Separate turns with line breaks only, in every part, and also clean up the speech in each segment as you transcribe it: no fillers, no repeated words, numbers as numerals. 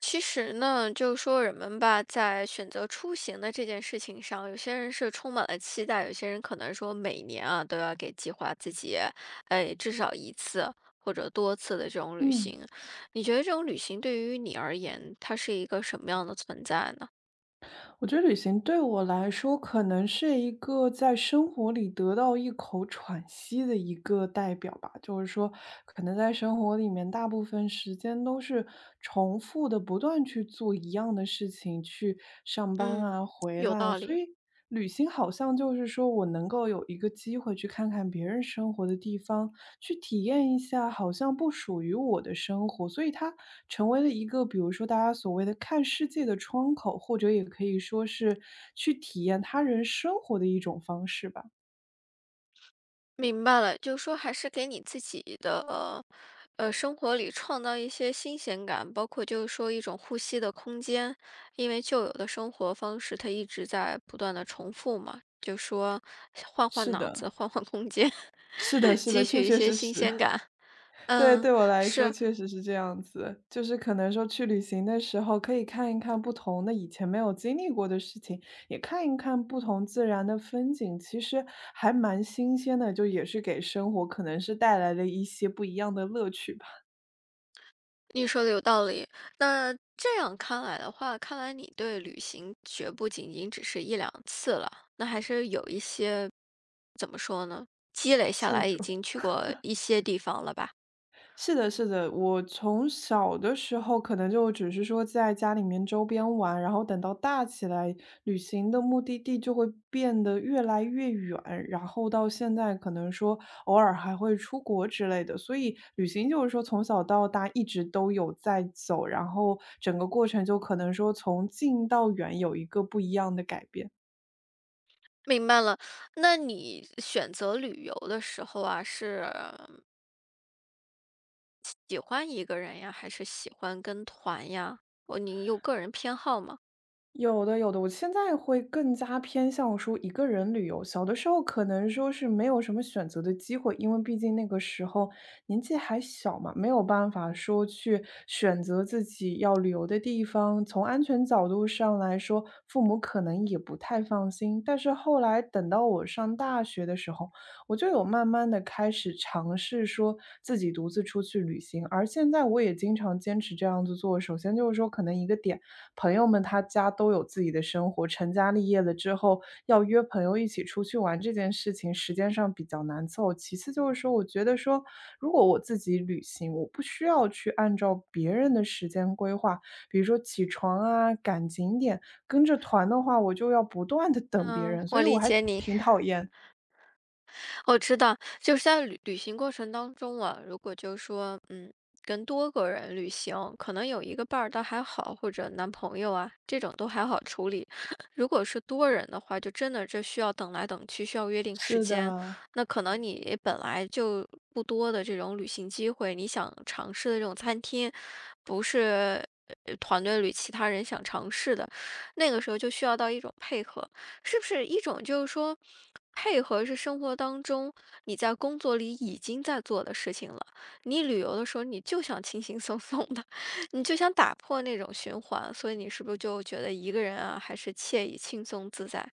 其实呢，就说人们吧，在选择出行的这件事情上，有些人是充满了期待，有些人可能说每年啊都要给计划自己，哎，至少一次或者多次的这种旅
嗯，
行。你觉得这种旅行对于你而言，它是一个什么样的存在呢？
我觉得旅行对我来说，可能是一个在生活里得到一口喘息的一个代表吧。就是说，可能在生活里面，大部分时间都是重复的，不断去做一样的事情，去上班
嗯，
啊，回
有
来，
道
所
理。
以。旅行好像就是说我能够有一个机会去看看别人生活的地方，去体验一下好像不属于我的生活，所以它成为了一个，比如说大家所谓的看世界的窗口，或者也可以说是去体验他人生活的一种方式吧。
明白了，就是说还是给你自己的，生活里创造一些新鲜感，包括就是说一种呼吸的空间，因为旧有的生活方式它一直在不断的重复嘛，就说换换
是
脑
的，
子，换换空间，
是的，是的，
汲
确
取一
确
些
实实。
新鲜感。
对，
嗯，
对我来说
是。
确实是这样子。就是可能说去旅行的时候，可以看一看不同的以前没有经历过的事情，也看一看不同自然的风景，其实还蛮新鲜的，就也是给生活可能是带来了一些不一样的乐趣吧，
你说的有道理。那这样看来的话，看来你对旅行绝不仅仅只是一两次了，那还是有一些，怎么说呢？积累下
次
来已
数。
经去过一些地方了吧？
是的，是的，我从小的时候可能就只是说在家里面周边玩，然后等到大起来，旅行的目的地就会变得越来越远，然后到现在可能说偶尔还会出国之类的，所以旅行就是说从小到大一直都有在走，然后整个过程就可能说从近到远有一个不一样的改变。
明白了。那你选择旅游的时候啊，是喜欢一个人呀，还是喜欢跟团呀？我，你有个人偏好吗？
有的，有的，我现在会更加偏向说一个人旅游。小的时候可能说是没有什么选择的机会，因为毕竟那个时候年纪还小嘛，没有办法说去选择自己要旅游的地方。从安全角度上来说，父母可能也不太放心。但是后来等到我上大学的时候，我就有慢慢的开始尝试说自己独自出去旅行，而现在我也经常坚持这样子做。首先就是说，可能一个点。朋友们他家都有自己的生活，成家立业了之后，要约朋友一起出去玩这件事情，时间上比较难凑。其次就是说，我觉得说，如果我自己旅行，我不需要去按照别人的时间规划，比如说起床啊、赶景点，跟着团的话，我就要不断的等别
嗯，
人，所
我
以我
理
还
解你。
挺讨厌。
我知道，就是在旅行过程当中啊，如果就说，嗯，跟多个人旅行，可能有一个伴儿倒还好，或者男朋友啊，这种都还好处理。如果是多人的话，就真的这需要等来等去，需要约定时
是
间。
的。
那可能你本来就不多的这种旅行机会，你想尝试的这种餐厅，不是团队里其他人想尝试的，那个时候就需要到一种配合。是不是一种就是说，配合是生活当中你在工作里已经在做的事情了。你旅游的时候，你就想轻轻松松的，你就想打破那种循环，所以你是不是就觉得一个人啊，还是惬意、轻松、自在？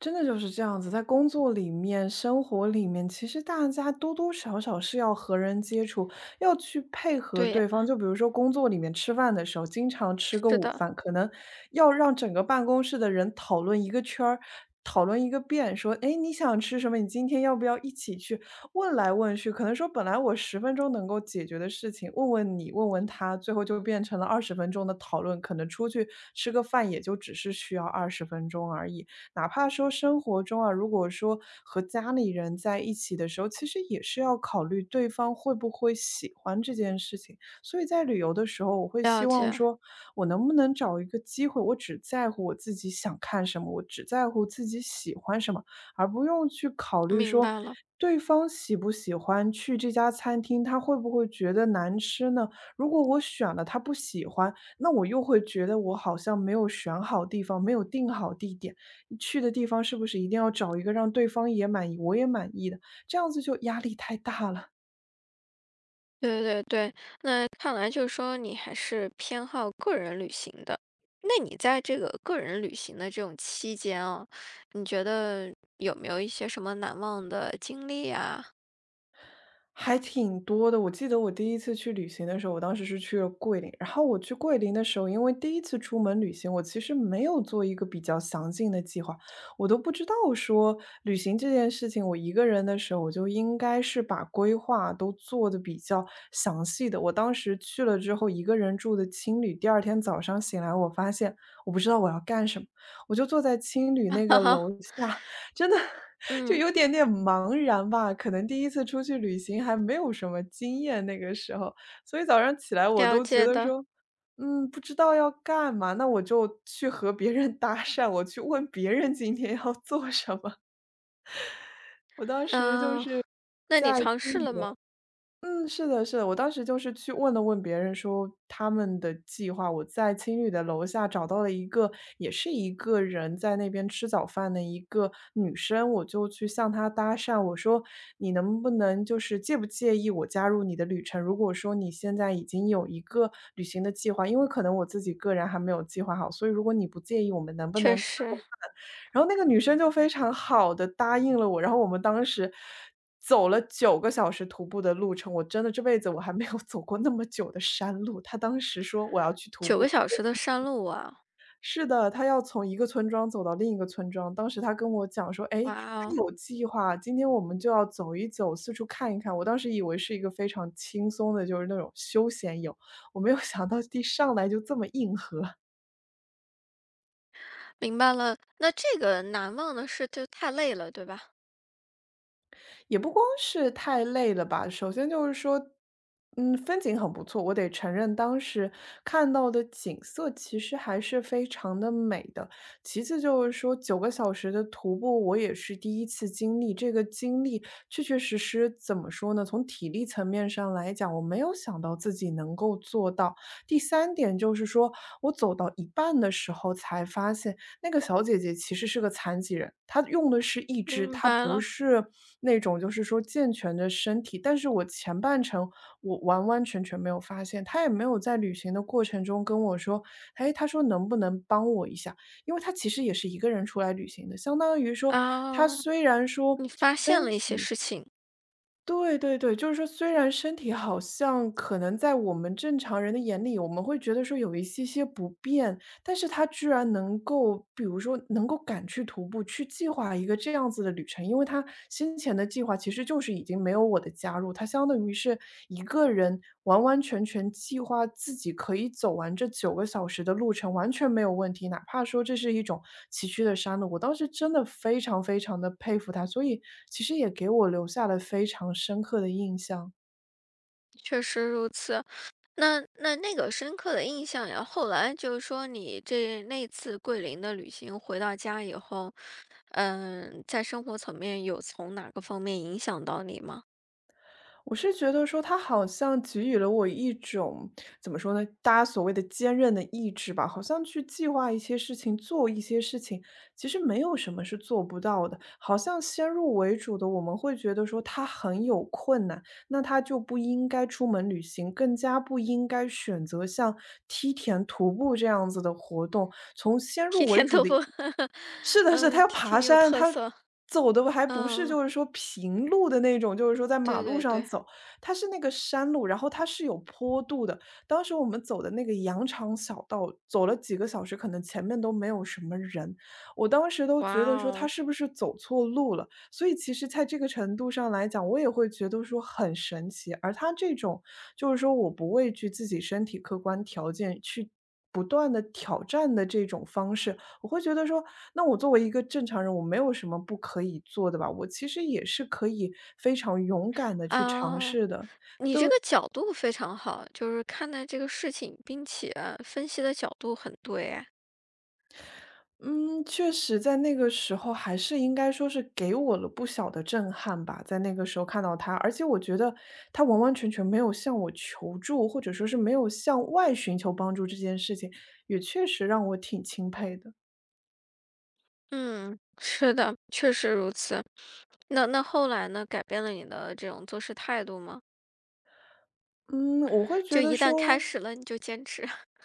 真的就是这样子，在工作里面、生活里面，其实大家多多少少是要和人接触，要去配合
对呀，
对方。就比如说工作里面吃饭的时候，经常吃个
是
午
的。
饭，可能要让整个办公室的人讨论一个圈儿，讨论一个遍，说：“哎，你想吃什么？你今天要不要一起去？”问来问去，可能说本来我十分钟能够解决的事情，问问你，问问他，最后就变成了二十分钟的讨论。可能出去吃个饭也就只是需要二十分钟而已。哪怕说生活中啊，如果说和家里人在一起的时候，其实也是要考虑对方会不会喜欢这件事情。所以在旅游的时候，我会希
了
望
解，
说，我能不能找一个机会，我只在乎我自己想看什么，我只在乎自己喜欢什么，而不用去考虑
明
说
白了。
对方喜不喜欢去这家餐厅，他会不会觉得难吃呢？如果我选了他不喜欢，那我又会觉得我好像没有选好地方，没有定好地点。去的地方是不是一定要找一个让对方也满意、我也满意的，这样子就压力太大了。
对对对。看来就是说你还是偏好个人旅行的。那你在这个个人旅行的这种期间哦，你觉得有没有一些什么难忘的经历呀？
还挺多的。我记得我第一次去旅行的时候，我当时是去了桂林。然后我去桂林的时候，因为第一次出门旅行，我其实没有做一个比较详尽的计划，我都不知道说旅行这件事情，我一个人的时候，我就应该是把规划都做的比较详细的。我当时去了之后，一个人住的青旅，第二天早上醒来，我发现我不知道我要干什么，我就坐在青旅那个楼 下，真的 就
嗯，
有点点茫然吧，可能第一次出去旅行还没有什么经验，那个时候，所以早上起来我
了
都觉
解
得
的。
说，不知道要干嘛，那我就去和别人搭讪，我去问别人今天要做什么。我当时就
嗯、
是
那你
在
尝试了吗？
嗯，是的，是的，我当时就是去问了问别人说他们的计划，我在青旅的楼下找到了一个，也是一个人在那边吃早饭的一个女生，我就去向她搭讪，我说你能不能就是介不介意我加入你的旅程？如果说你现在已经有一个旅行的计划，因为可能我自己个人还没有计划好，所以如果你不介意，我们能不
确
能搭个
实，
然后那个女生就非常好的答应了我，然后我们当时走了九个小时徒步的路程，我真的这辈子我还没有走过那么久的山路。她当时说我要去徒
九
步，
个小时的山路啊，
是的，她要从一个村庄走到另一个村庄，当时她跟我讲说：“哎，
哇
她
哦，
有计划，今天我们就要走一走，四处看一看。”我当时以为是一个非常轻松的，就是那种休闲游，我没有想到一上来就这么硬核。
明白了。那这个难忘的事就太累了，对吧？
也不光是太累了吧，首先就是说，嗯，风景很不错，我得承认当时看到的景色其实还是非常的美的。其次就是说九个小时的徒步，我也是第一次经历，这个经历确确实实怎么说呢，从体力层面上来讲，我没有想到自己能够做到。第三点就是说，我走到一半的时候才发现那个小姐姐其实是个残疾人，她用的是一肢，
明
她
白
不
了
是那种就是说健全的身体。但是我前半程我完完全全没有发现，她也没有在旅行的过程中跟我说，哎，她说能不能帮我一下？因为她其实也是一个人出来旅行的，相当于说她
啊、
虽然说。
你发现了一些事情，
对对对，就是说，虽然身体好像可能在我们正常人的眼里，我们会觉得说有一些些不便，但是他居然能够，比如说能够敢去徒步，去计划一个这样子的旅程，因为他先前的计划其实就是已经没有我的加入，他相当于是一个人完完全全计划自己可以走完这九个小时的路程，完全没有问题。哪怕说这是一种崎岖的山路，我当时真的非常非常的佩服他，所以其实也给我留下了非常深刻的印象。
确实如此。那那那个深刻的印象呀，后来就是说你这那次桂林的旅行回到家以后，嗯，在生活层面有从哪个方面影响到你吗？
我是觉得说他好像给予了我一种，怎么说呢，大家所谓的坚韧的意志吧，好像去计划一些事情，做一些事情，其实没有什么是做不到的。好像先入为主的，我们会觉得说他很有困难，那他就不应该出门旅行，更加不应该选择像梯田、徒步这样子的活动。从先
剃
入为
甜
主
豆
的
腐，
是的是的他
嗯，
要
挺
爬
挺有
山，
特
他
色，
走的还不是
嗯，
就是说平路的那种，就是说在马
对
路
对
上
对，
走，它是那个山路，然后它是有坡度的。当时我们走的那个羊肠小道，走了几个小时，可能前面都没有什么人，我当时都
哇
觉得说他
哦，
是不是走错路了。所以其实在这个程度上来讲，我也会觉得说很神奇。而他这种就是说我不畏惧自己身体客观条件去。不断的挑战的这种方式，我会觉得说，那我作为一个正常人，我没有什么不可以做的吧，我其实也是可以非常勇敢的去尝
啊，
试的。
你这个角度非常好，就是看待这个事情，并且分析的角度很对，哎，
嗯，确实在那个时候还是应该说是给我了不小的震撼吧，在那个时候看到他，而且我觉得他完完全全没有向我求助，或者说是没有向外寻求帮助这件事情，也确实让我挺钦佩的。
嗯，是的，确实如此。那那后来呢，改变了你的这种做事态度吗？
嗯，我会觉
就
得
一旦开
说
始了，你就坚持，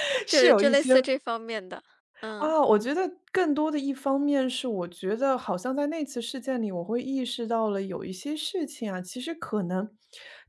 是
就
有
就
一
类似
些
这方面的。嗯，
啊，我觉得更多的一方面是，我觉得好像在那次事件里，我会意识到了有一些事情啊，其实可能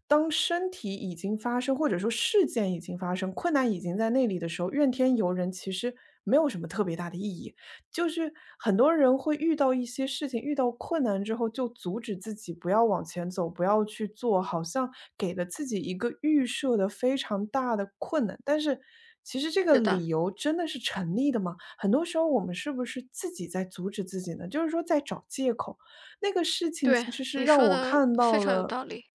当身体已经发生，或者说事件已经发生，困难已经在那里的时候，怨天尤人其实没有什么特别大的意义。就是很多人会遇到一些事情，遇到困难之后就阻止自己不要往前走，不要去做，好像给了自己一个预设的非常大的困难。但是其实这个
是的，
理由真的是成立的吗？很多时候我们是不是自己在阻止自己呢？就是说在找借口。那个事情
对，
其实是
你
让
说
我
的
看到
非常有
了
道理。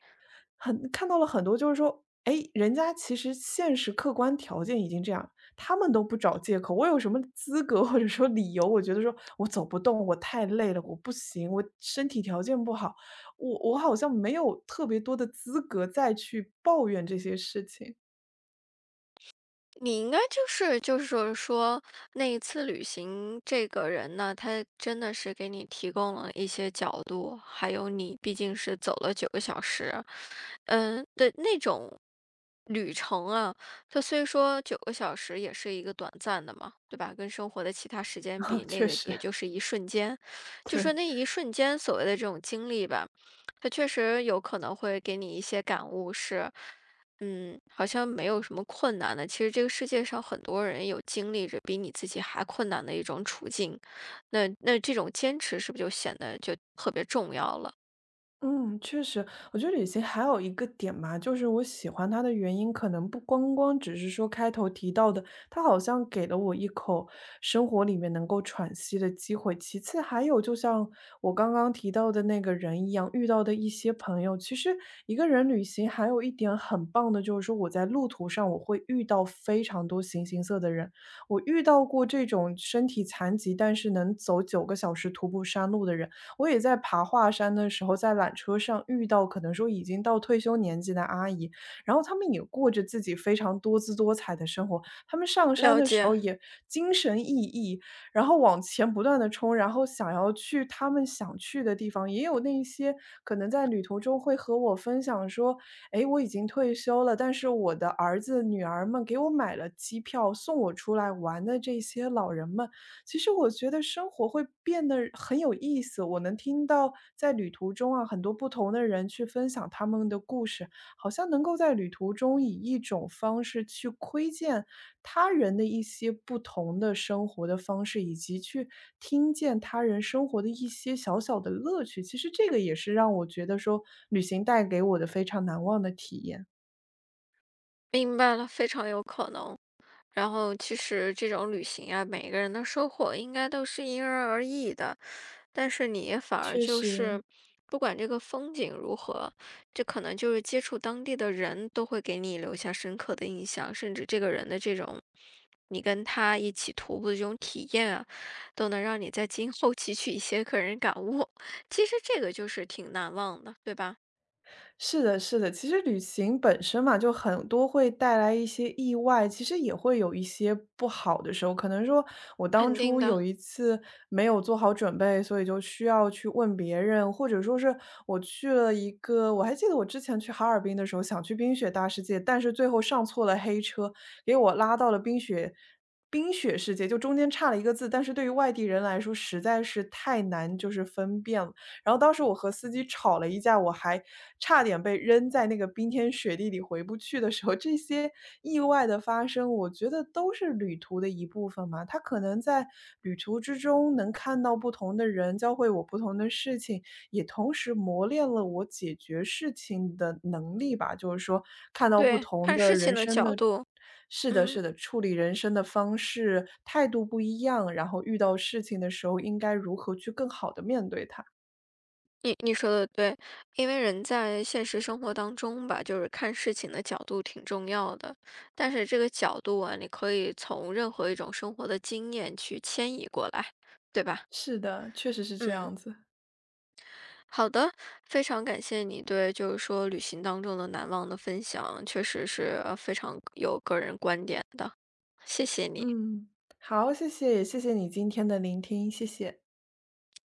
看到了很多就是说，哎，人家其实现实客观条件已经这样，他们都不找借口，我有什么资格或者说理由，我觉得说我走不动，我太累了，我不行，我身体条件不好，我好像没有特别多的资格再去抱怨这些事情。
你应该就是就是说，那一次旅行，这个人呢，他真的是给你提供了一些角度，还有你毕竟是走了九个小时，嗯的那种旅程啊，它虽说九个小时也是一个短暂的嘛，对吧？跟生活的其他时间比，那
确
个
实，
也就是一瞬间，就
对。
说那一瞬间所谓的这种经历吧，它确实有可能会给你一些感悟是。嗯，好像没有什么困难的。其实这个世界上很多人有经历着比你自己还困难的一种处境，那这种坚持是不是就显得就特别重要了？
嗯，确实，我觉得旅行还有一个点嘛，就是我喜欢它的原因，可能不光光只是说开头提到的，它好像给了我一口生活里面能够喘息的机会。其次，还有就像我刚刚提到的那个人一样，遇到的一些朋友，其实一个人旅行还有一点很棒的，就是说我在路途上我会遇到非常多形形色色的人，我遇到过这种身体残疾，但是能走9个小时徒步山路的人。我也在爬华山的时候，在缆车上遇到可能说已经到退休年纪的阿姨，然后她们也过着自己非常多姿多彩的生活。她们上山
了
的时候
解，
也精神奕奕，然后往前不断地冲，然后想要去她们想去的地方。也有那些可能在旅途中会和我分享说：“诶，我已经退休了，但是我的儿子女儿们给我买了机票，送我出来玩的这些老人们，其实我觉得生活会变得很有意思，我能听到在旅途中啊，很多不同的人去分享他们的故事，好像能够在旅途中以一种方式去窥见他人的一些不同的生活的方式，以及去听见他人生活的一些小小的乐趣。其实这个也是让我觉得说，旅行带给我的非常难忘的体验。
明白了，非常有可能。然后其实这种旅行啊，每个人的收获应该都是因人而异的，但是你反而
确
就是
实，
不管这个风景如何，这可能就是接触当地的人都会给你留下深刻的印象，甚至这个人的这种你跟他一起徒步的这种体验啊，都能让你在今后汲取一些个人感悟。其实这个就是挺难忘的，对吧？
是的，是的。其实旅行本身嘛，就很多会带来一些意外，其实也会有一些不好的时候。可能说我当
肯定
初
的，
有一次没有做好准备，所以就需要去问别人，或者说是我去了一个，我还记得我之前去哈尔滨的时候，想去冰雪大世界，但是最后上错了黑车，给我拉到了冰雪。冰雪世界就中间差了一个字，但是对于外地人来说实在是太难，就是分辨了。然后当时我和司机吵了一架，我还差点被扔在那个冰天雪地里回不去的时候，这些意外的发生，我觉得都是旅途的一部分嘛。他可能在旅途之中能看到不同的人，教会我不同的事情，也同时磨练了我解决事情的能力吧。就是说，看到不
对，
同
看
的
事
人
情的
生
角
的
度，
是的，是
嗯。
的，处理人生的方式、态度不一样，然后遇到事情的时候应该如何去更好的面对它。
你说的对，因为人在现实生活当中吧，就是看事情的角度挺重要的，但是这个角度啊，你可以从任何一种生活的经验去迁移过来，对吧？
是的，确实是这
嗯，
样子。
好的，非常感谢你对就是说旅行当中的难忘的分享，确实是非常有个人观点的，谢谢你，谢
嗯，好，谢谢，也谢谢你今天的聆听，谢谢。
谢。